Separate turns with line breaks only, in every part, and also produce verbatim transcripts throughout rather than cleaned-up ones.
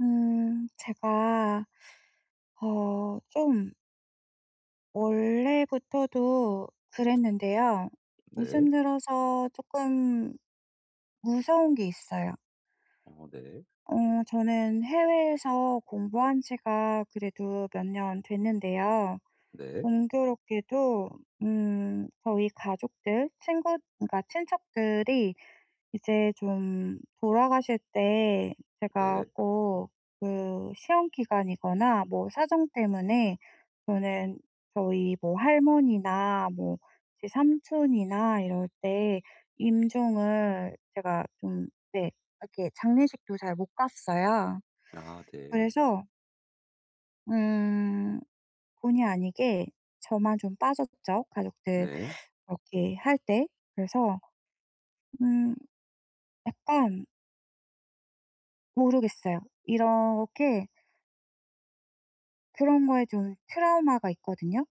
음, 제가, 어, 좀, 원래부터도 그랬는데요.
네.
요즘 들어서 조금 무서운 게 있어요.
어 네.
어, 저는 해외에서 공부한 지가 그래도 몇 년 됐는데요.
네.
공교롭게도 음 저희 가족들 친구 그러니까 친척들이 이제 좀 돌아가실 때 제가
네.
꼭 그 시험 기간이거나 뭐 사정 때문에 저는 저희 뭐 할머니나 뭐 제 삼촌이나 이럴 때 임종을 제가 좀, 네, 이렇게 장례식도 잘 못 갔어요.
아 네.
그래서 음 본의 아니게 저만 좀 빠졌죠, 가족들
네.
그렇게 할 때. 그래서 음 약간 모르겠어요. 이렇게 그런 거에 좀 트라우마가 있거든요.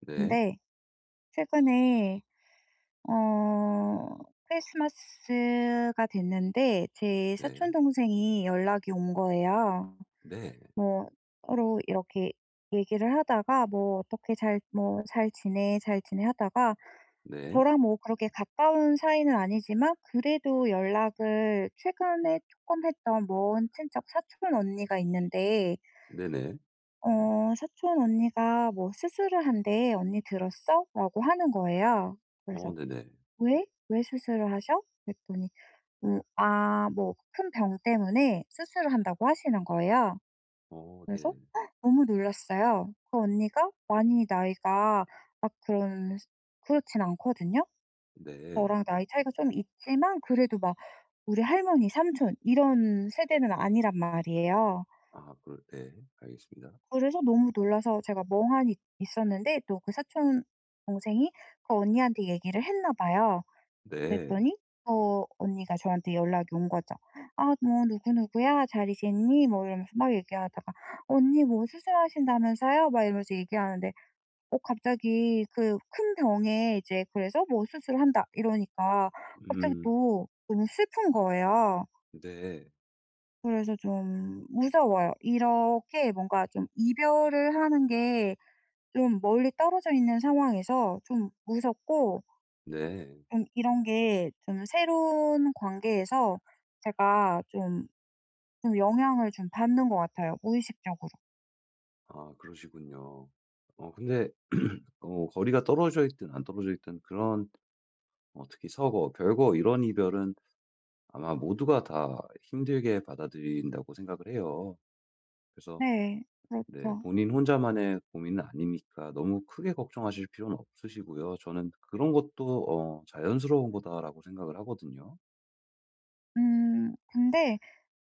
네.
근데 최근에 어 크리스마스가 됐는데 제 사촌
네.
동생이 연락이 온 거예요.
네.
뭐 서로 이렇게 얘기를 하다가 뭐 "어떻게 잘 뭐 잘 지내, 잘 지내." 하다가
네.
저랑 뭐 그렇게 가까운 사이는 아니지만 그래도 연락을 최근에 조금 했던 먼 친척 사촌 언니가 있는데
네네.
어 사촌 언니가 뭐 "수술을 한대. 언니 들었어?" 라고 하는 거예요.
어
그래서
네네.
"왜? 왜 수술을 하셔?" 그랬더니 음 "아 뭐 큰 병 때문에 수술을 한다."고 하시는 거예요.
어
그래서
네.
"헉!" 너무 놀랐어요. 그 언니가 많이 나이가 막 그런 그렇진 않거든요.
네.
저랑 나이 차이가 좀 있지만 그래도 막 우리 할머니, 삼촌 이런 세대는 아니란 말이에요.
아 그럴 네. 알겠습니다.
그래서 너무 놀라서 제가 멍하니 있었는데 또 그 사촌 동생이 그 언니한테 얘기를 했나 봐요.
네.
그랬더니 그 언니가 저한테 연락이 온 거죠. "아 뭐 누구누구야. 잘 지냈니?" 뭐 이러면서 막 얘기하다가 "언니 뭐 수술하신다면서요?" 막 이러면서 얘기하는데 어 갑자기 그 큰 병에 이제 그래서 뭐 "수술을 한다." 이러니까 갑자기
음.
또 너무 슬픈 거예요.
네.
그래서 좀 무서워요. 이렇게 뭔가 좀 이별을 하는 게 좀 멀리 떨어져 있는 상황에서 좀 무섭고
네.
좀 이런 게 좀 새로운 관계에서 제가 좀, 좀 영향을 좀 받는 것 같아요 무의식적으로.
아 그러시군요. 어 근데 어 거리가 떨어져 있든 안 떨어져 있든 그런 어 특히 서거, 별거 이런 이별은 아마 모두가 다 힘들게 받아들인다고 생각을 해요. 그래서
네.
네,
그렇죠.
본인 혼자만의 고민은 아니니까 너무 크게 걱정하실 필요는 없으시고요. 저는 그런 것도 어, 자연스러운 거다라고 생각을 하거든요.
음 근데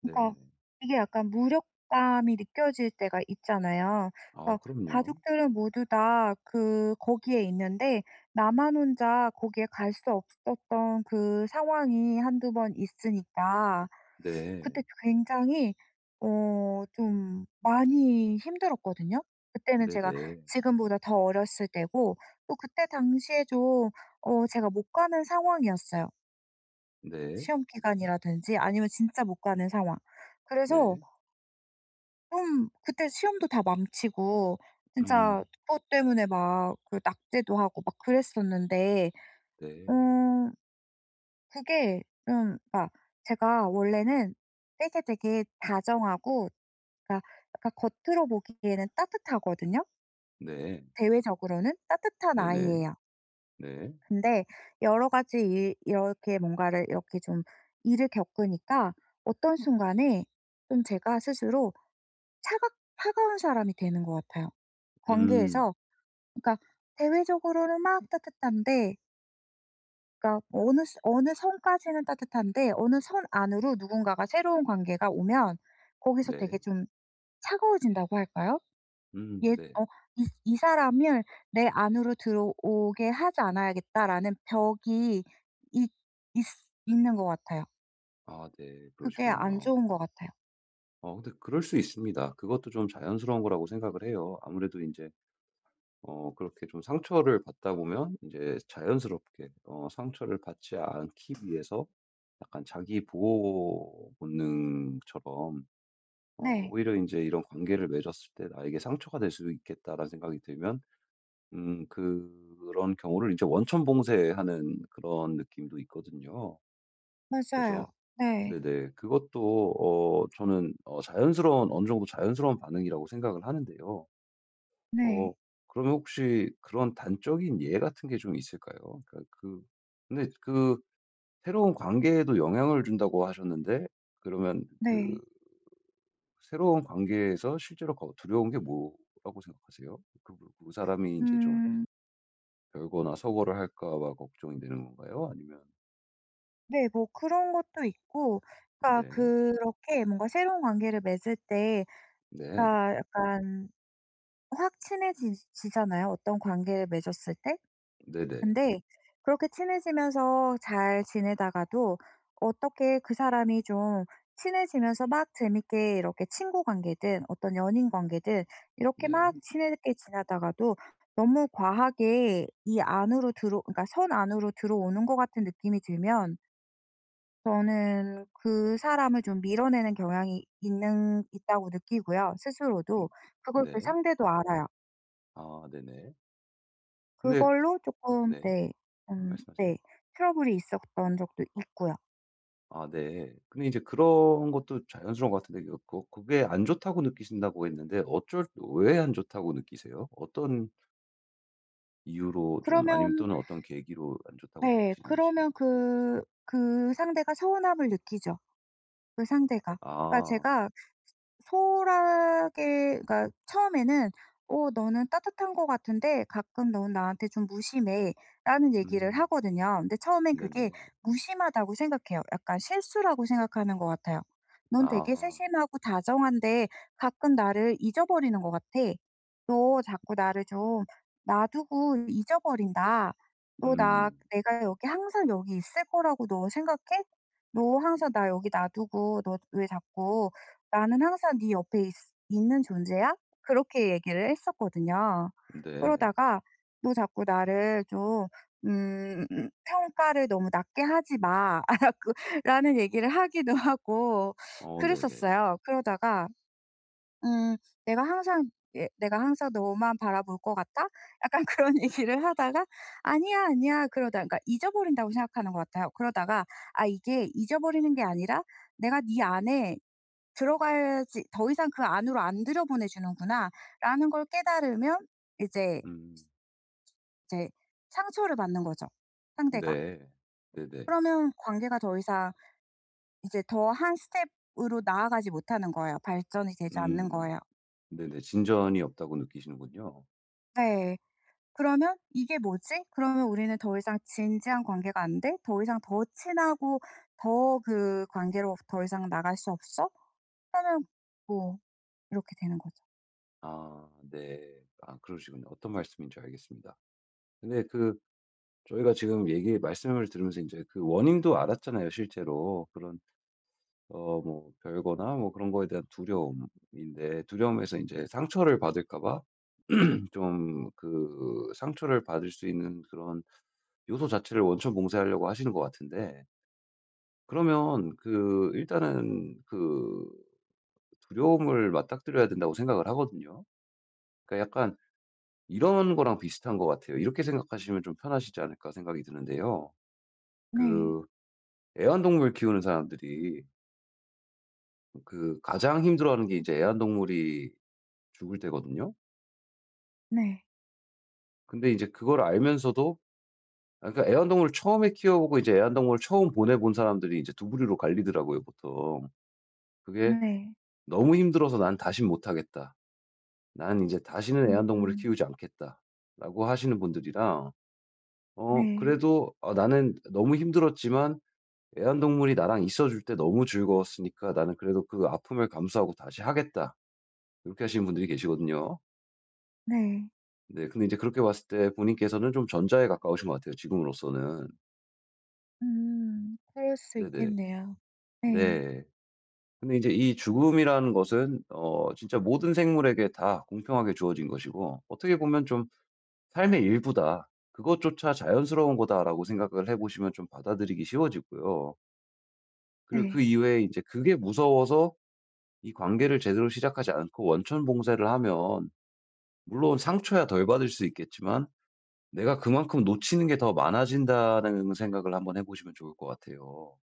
네.
그러니까 이게 약간 무력감이 느껴질 때가 있잖아요.
아,
그러니까
그럼요.
가족들은 모두 다 그 거기에 있는데 나만 혼자 거기에 갈 수 없었던 그 상황이 한두 번 있으니까
네.
그때 굉장히 어 좀 많이 힘들었거든요. 그때는
네
제가
네.
지금보다 더 어렸을 때고 또 그때 당시에 좀 어 제가 못 가는 상황이었어요.
네.
시험 기간이라든지 아니면 진짜 못 가는 상황.
네.
그래서
네.
좀 그때 시험도 다 망치고
음.
진짜 그것 때문에 막 그 낙제도 하고 막 그랬었는데
네.
음 그게 좀 막 제가 원래는 되게 되게 다정하고 그러니까 그러니까 겉으로 보기에는 따뜻하거든요.
네.
대외적으로는 따뜻한
네 네.
아이예요.
네. 네.
근데 여러 가지 일 이렇게 뭔가를 이렇게 좀 일을 겪으니까 어떤 순간에 좀 제가 스스로 차갑 차가운 사람이 되는 것 같아요.
음.
관계에서 그러니까 대외적으로는 막 따뜻한데 그러니까 어느 수 어느 선까지는 따뜻한데 어느 선 안으로 누군가가 새로운 관계가 오면 거기서 되게
네.
좀 차가워진다고 할까요?
음.
예
네.
어 이 '이 사람을 내 안으로 들어오게 하지 않아야겠다.'라는 벽이 있 있 있는 것 같아요.
아, 네.
그게 안
그러시군요.
좋은 것 같아요.
어, 근데 그럴 수 있습니다. 그것도 좀 자연스러운 거라고 생각을 해요. 아무래도 이제 어 그렇게 좀 상처를 받다 보면 이제 자연스럽게 어 상처를 받지 않기 위해서 약간 자기 보호 본능처럼 어
네.
오히려 이제 이런 관계를 맺었을 때 '나에게 상처가 될 수 있겠다.'라는 생각이 들면 음 그런 경우를 이제 원천 봉쇄하는 그런 느낌도 있거든요. 그래서
맞아요. 네.
네네. 그것도 어 저는 어 자연스러운 어느 정도 자연스러운 반응이라고 생각을 하는데요. 어
네.
그러면 혹시 그런 단적인 예 같은 게 좀 있을까요? 그러니까 그 근데 그 새로운 관계에도 영향을 준다고 하셨는데 그러면 그
네.
새로운 관계에서 실제로 거 두려운 게 뭐라고 생각하세요? 그 뭐, 그 사람이 이제 좀
음
별거나 서거를 할까 봐 걱정이 되는 건가요? 아니면
네, 뭐 그런 것도 있고 그러니까
네.
그렇게 뭔가 새로운 관계를 맺을 때
네.
그러니까 약간 확 친해 지잖아요 어떤 관계를 맺었을 때?
네네.
근데 그렇게 친해지면서 잘 지내다가도 어떻게 그 사람이 좀 친해지면서 막 재밌게 이렇게 친구 관계든 어떤 연인 관계든 이렇게
네.
막 친하게 지내다가도 너무 과하게 이 안으로 들어 그러니까 선 안으로 들어오는 것 같은 느낌이 들면 저는 그 사람을 좀 밀어내는 경향이 있는 있다고 느끼고요
음.
스스로도. 그걸 그
네.
상대도 알아요.
아 네네. 근데
그걸로 조금
네.
네. 음
말씀하세요.
네. 트러블이 있었던 적도 있고요.
아 네. 근데 이제 그런 것도 자연스러운 것 같은데 그거 그게 안 좋다고 느끼신다고 했는데 어쩔 왜 안 좋다고 느끼세요? 어떤 이유로 좀 아니면
그러면
또는 어떤 계기로 안 좋다고
네.
느끼시는지.
그러면 그 그 상대가 서운함을 느끼죠, 그 상대가. 그러니까
아.
제가 소홀하게 그러니까 처음에는 "어 너는 따뜻한 것 같은데 가끔 넌 나한테 좀 무심해."라는 얘기를
음.
하거든요. 근데 처음엔 그게
네네.
무심하다고 생각해요. 약간 실수라고 생각하는 것 같아요. "넌 되게
아.
세심하고 다정한데 가끔 나를 잊어버리는 것 같아. 너 자꾸 나를 좀 놔두고 잊어버린다. 너 나
음.
내가 여기 항상 여기 있을 거라고 너 생각해? 너 항상 나 여기 놔두고 너 왜 자꾸 "나는 항상 네 옆에 있 있는 존재야." 그렇게 얘기를 했었거든요.
네.
그러다가 "너 자꾸 나를 좀 음 평가를 너무 낮게 하지 마." 라고 라는 얘기를 하기도 하고
어 네네.
그랬었어요. 그러다가 음 "내가 항상 예 내가 항상 너만 바라볼 것 같아?" 약간 그런 얘기를 하다가 "아니야, 아니야." 그러다 그러니까 잊어버린다고 생각하는 것 같아요. 그러다가 '아 이게 잊어버리는 게 아니라 내가 네 안에 들어가야지 '더 이상 그 안으로 안 들여보내 주는구나.'라는 걸 깨달으면 이제
음.
이제 상처를 받는 거죠, 상대가.
네. 네네.
그러면 관계가 더 이상 이제 더 한 스텝으로 나아가지 못하는 거예요. 발전이 되지 않는
음.
거예요.
네네. 진전이 없다고 느끼시는군요.
네. 그러면 '이게 뭐지?' 그러면 우리는 더 이상 진지한 관계가 안 돼? 더 이상 더 친하고 더 그 관계로 더 이상 나갈 수 없어? 하면 뭐 이렇게 되는 거죠.
아 네. 아 그러시군요. 어떤 말씀인지 알겠습니다. 근데 그 저희가 지금 얘기 말씀을 들으면서 이제 그 원인도 알았잖아요 실제로. 그런 어 뭐 별거나 뭐 그런 거에 대한 두려움인데 두려움에서 이제 상처를 받을까 봐 좀 그 상처를 받을 수 있는 그런 요소 자체를 원천 봉쇄하려고 하시는 것 같은데 그러면 그 일단은 그 두려움을 맞닥뜨려야 된다고 생각을 하거든요. 그러니까 약간 이런 거랑 비슷한 것 같아요. 이렇게 생각하시면 좀 편하시지 않을까 생각이 드는데요.
네.
그 애완동물 키우는 사람들이 그 가장 힘들어하는 게 이제 애완동물이 죽을 때거든요.
네.
근데 이제 그걸 알면서도 아 그러니까 애완동물을 처음에 키워보고 이제 애완동물을 처음 보내본 사람들이 이제 두 부류로 갈리더라고요 보통. 그게
네.
"너무 힘들어서 난 다신 못하겠다. 난 이제 다시는 애완동물을 키우지 않겠다."라고 하시는 분들이랑 어
네.
그래도 "아 나는 너무 힘들었지만 애완동물이 나랑 있어 줄 때 너무 즐거웠으니까 나는 그래도 그 아픔을 감수하고 다시 하겠다." 요렇게 하시는 분들이 계시거든요.
네.
네. 근데 이제 그렇게 봤을 때 본인께서는 좀 전자에 가까우신 것 같아요, 지금으로서는.
음. 그럴 수
네네.
있겠네요. 네.
네. 근데 이제 이 죽음이라는 것은 어 진짜 모든 생물에게 다 공평하게 주어진 것이고 어떻게 보면 좀 '삶의 일부다. 그것조차 자연스러운 거다.'라고 생각을 해 보시면 좀 받아들이기 쉬워지고요. 그리고 그
네.
이외에 이제 그게 무서워서 이 관계를 제대로 시작하지 않고 원천 봉쇄를 하면 물론 상처야 덜 받을 수 있겠지만 내가 그만큼 놓치는 게 더 많아진다는 생각을 한번 해 보시면 좋을 것 같아요.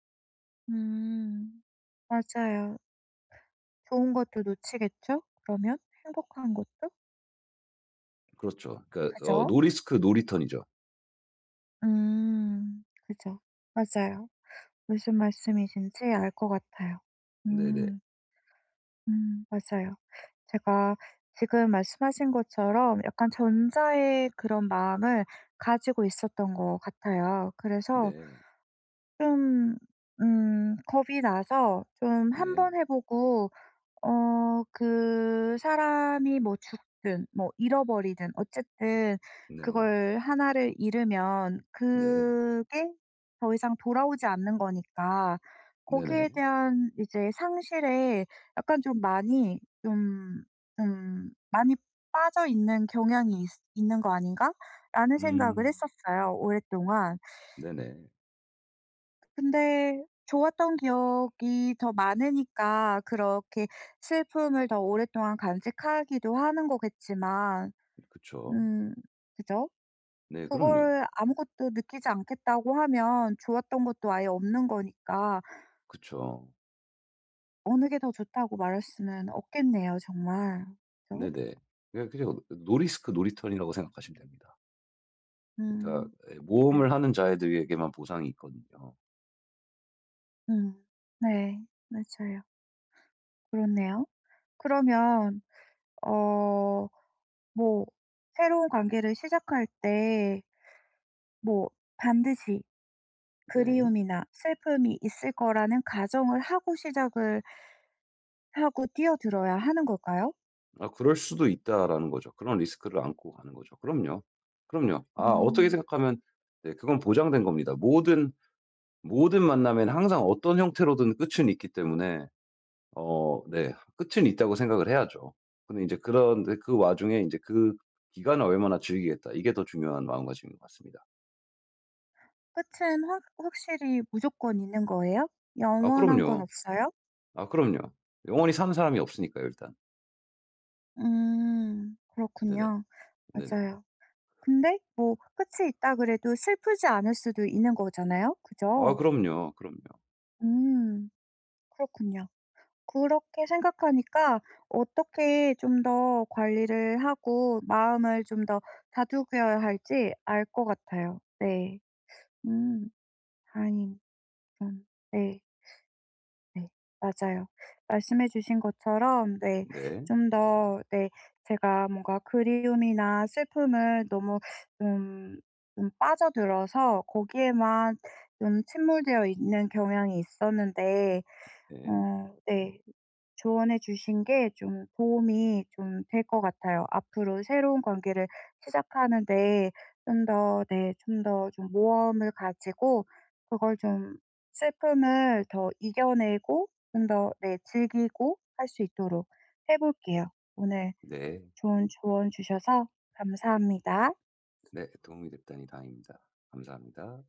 음. 맞아요. 좋은 것도 놓치겠죠? 그러면 행복한 것도?
그렇죠. 그러니까 어
그죠?
노 리스크 노 리턴이죠.
음. 그죠. 맞아요. 무슨 말씀이신지 알 것 같아요.
네네.
음. 음. 맞아요. 제가 지금 말씀하신 것처럼 약간 전자의 그런 마음을 가지고 있었던 것 같아요. 그래서
네.
좀 음 겁이 나서 좀 한번
네.
해 보고 어 그 사람이 뭐 죽든 뭐 잃어버리든 어쨌든
네.
그걸 하나를 잃으면
네.
그게 더 이상 돌아오지 않는 거니까 거기에
네네.
대한 이제 상실에 약간 좀 많이 좀 좀 '많이 빠져 있는 경향이 있 있는 거 아닌가?'라는 생각을
음.
했었어요 오랫동안.
네네.
근데 좋았던 기억이 더 많으니까 그렇게 슬픔을 더 오랫동안 간직하기도 하는 거겠지만
그쵸.
음 그죠?
네 그럼요.
그걸 아무것도 느끼지 않겠다고 하면 좋았던 것도 아예 없는 거니까
그쵸.
어느 게 더 좋다고 말할 수는 없겠네요 정말. 그죠?
네네. 그냥 그냥 노 리스크 노 리턴이라고 생각하시면 됩니다. 그러니까
음
예
그래요.
모험을 하는 자들에게만 보상이 있거든요.
음. 네. 맞아요. 그렇네요. 그러면 어 뭐 새로운 관계를 시작할 때 뭐 반드시
네.
그리움이나 슬픔이 있을 거라는 가정을 하고 시작을 하고 뛰어들어야 하는 걸까요?
아 그럴 수도 있다라는 거죠. 그런 리스크를 안고 가는 거죠. 그럼요. 그럼요. 아 어떻게
음.
생각하면 네 그건 보장된 겁니다. 모든 모든 만남에는 항상 어떤 형태로든 끝은 있기 때문에 어 네 끝은 있다고 생각을 해야죠. 근데 이제 그런데 그 와중에 이제 그 기간을 얼마나 즐기겠다 이게 더 중요한 마음가짐인 것 같습니다.
끝은 확 확실히 무조건 있는 거예요?
아
영원한 건
그럼요.
없어요?
아 그럼요. 영원히 사는 사람이 없으니까요 일단.
음.
네네.
그렇군요.
네네.
맞아요. 근데 뭐 끝이 있다 그래도 슬프지 않을 수도 있는 거잖아요.
아
그죠?
그럼요, 그럼요.
음. 그렇군요. 그렇게 생각하니까 어떻게 좀 더 관리를 하고 마음을 좀 더 다독여야 할지 알 것 같아요. 네. 음. 다행히 좀, 네. 네. 맞아요. 말씀해 주신 것처럼 네,
네.
좀 더, 네, 제가 뭔가 그리움이나 슬픔을 너무 좀 좀 빠져들어서 거기에만 좀 침몰되어 있는 경향이 있었는데
네.
어 네. 조언해 주신 게 좀 도움이 좀 될 것 같아요. 앞으로 새로운 관계를 시작하는 데 좀 더, 네, 좀 더 좀 모험을 가지고 그걸 좀, 슬픔을 더 이겨내고 좀 더, 네, 즐기고 할 수 있도록 해 볼게요. 오늘
네.
좋은 조언 주셔서 감사합니다.
네. 도움이 됐다니 다행입니다. 감사합니다.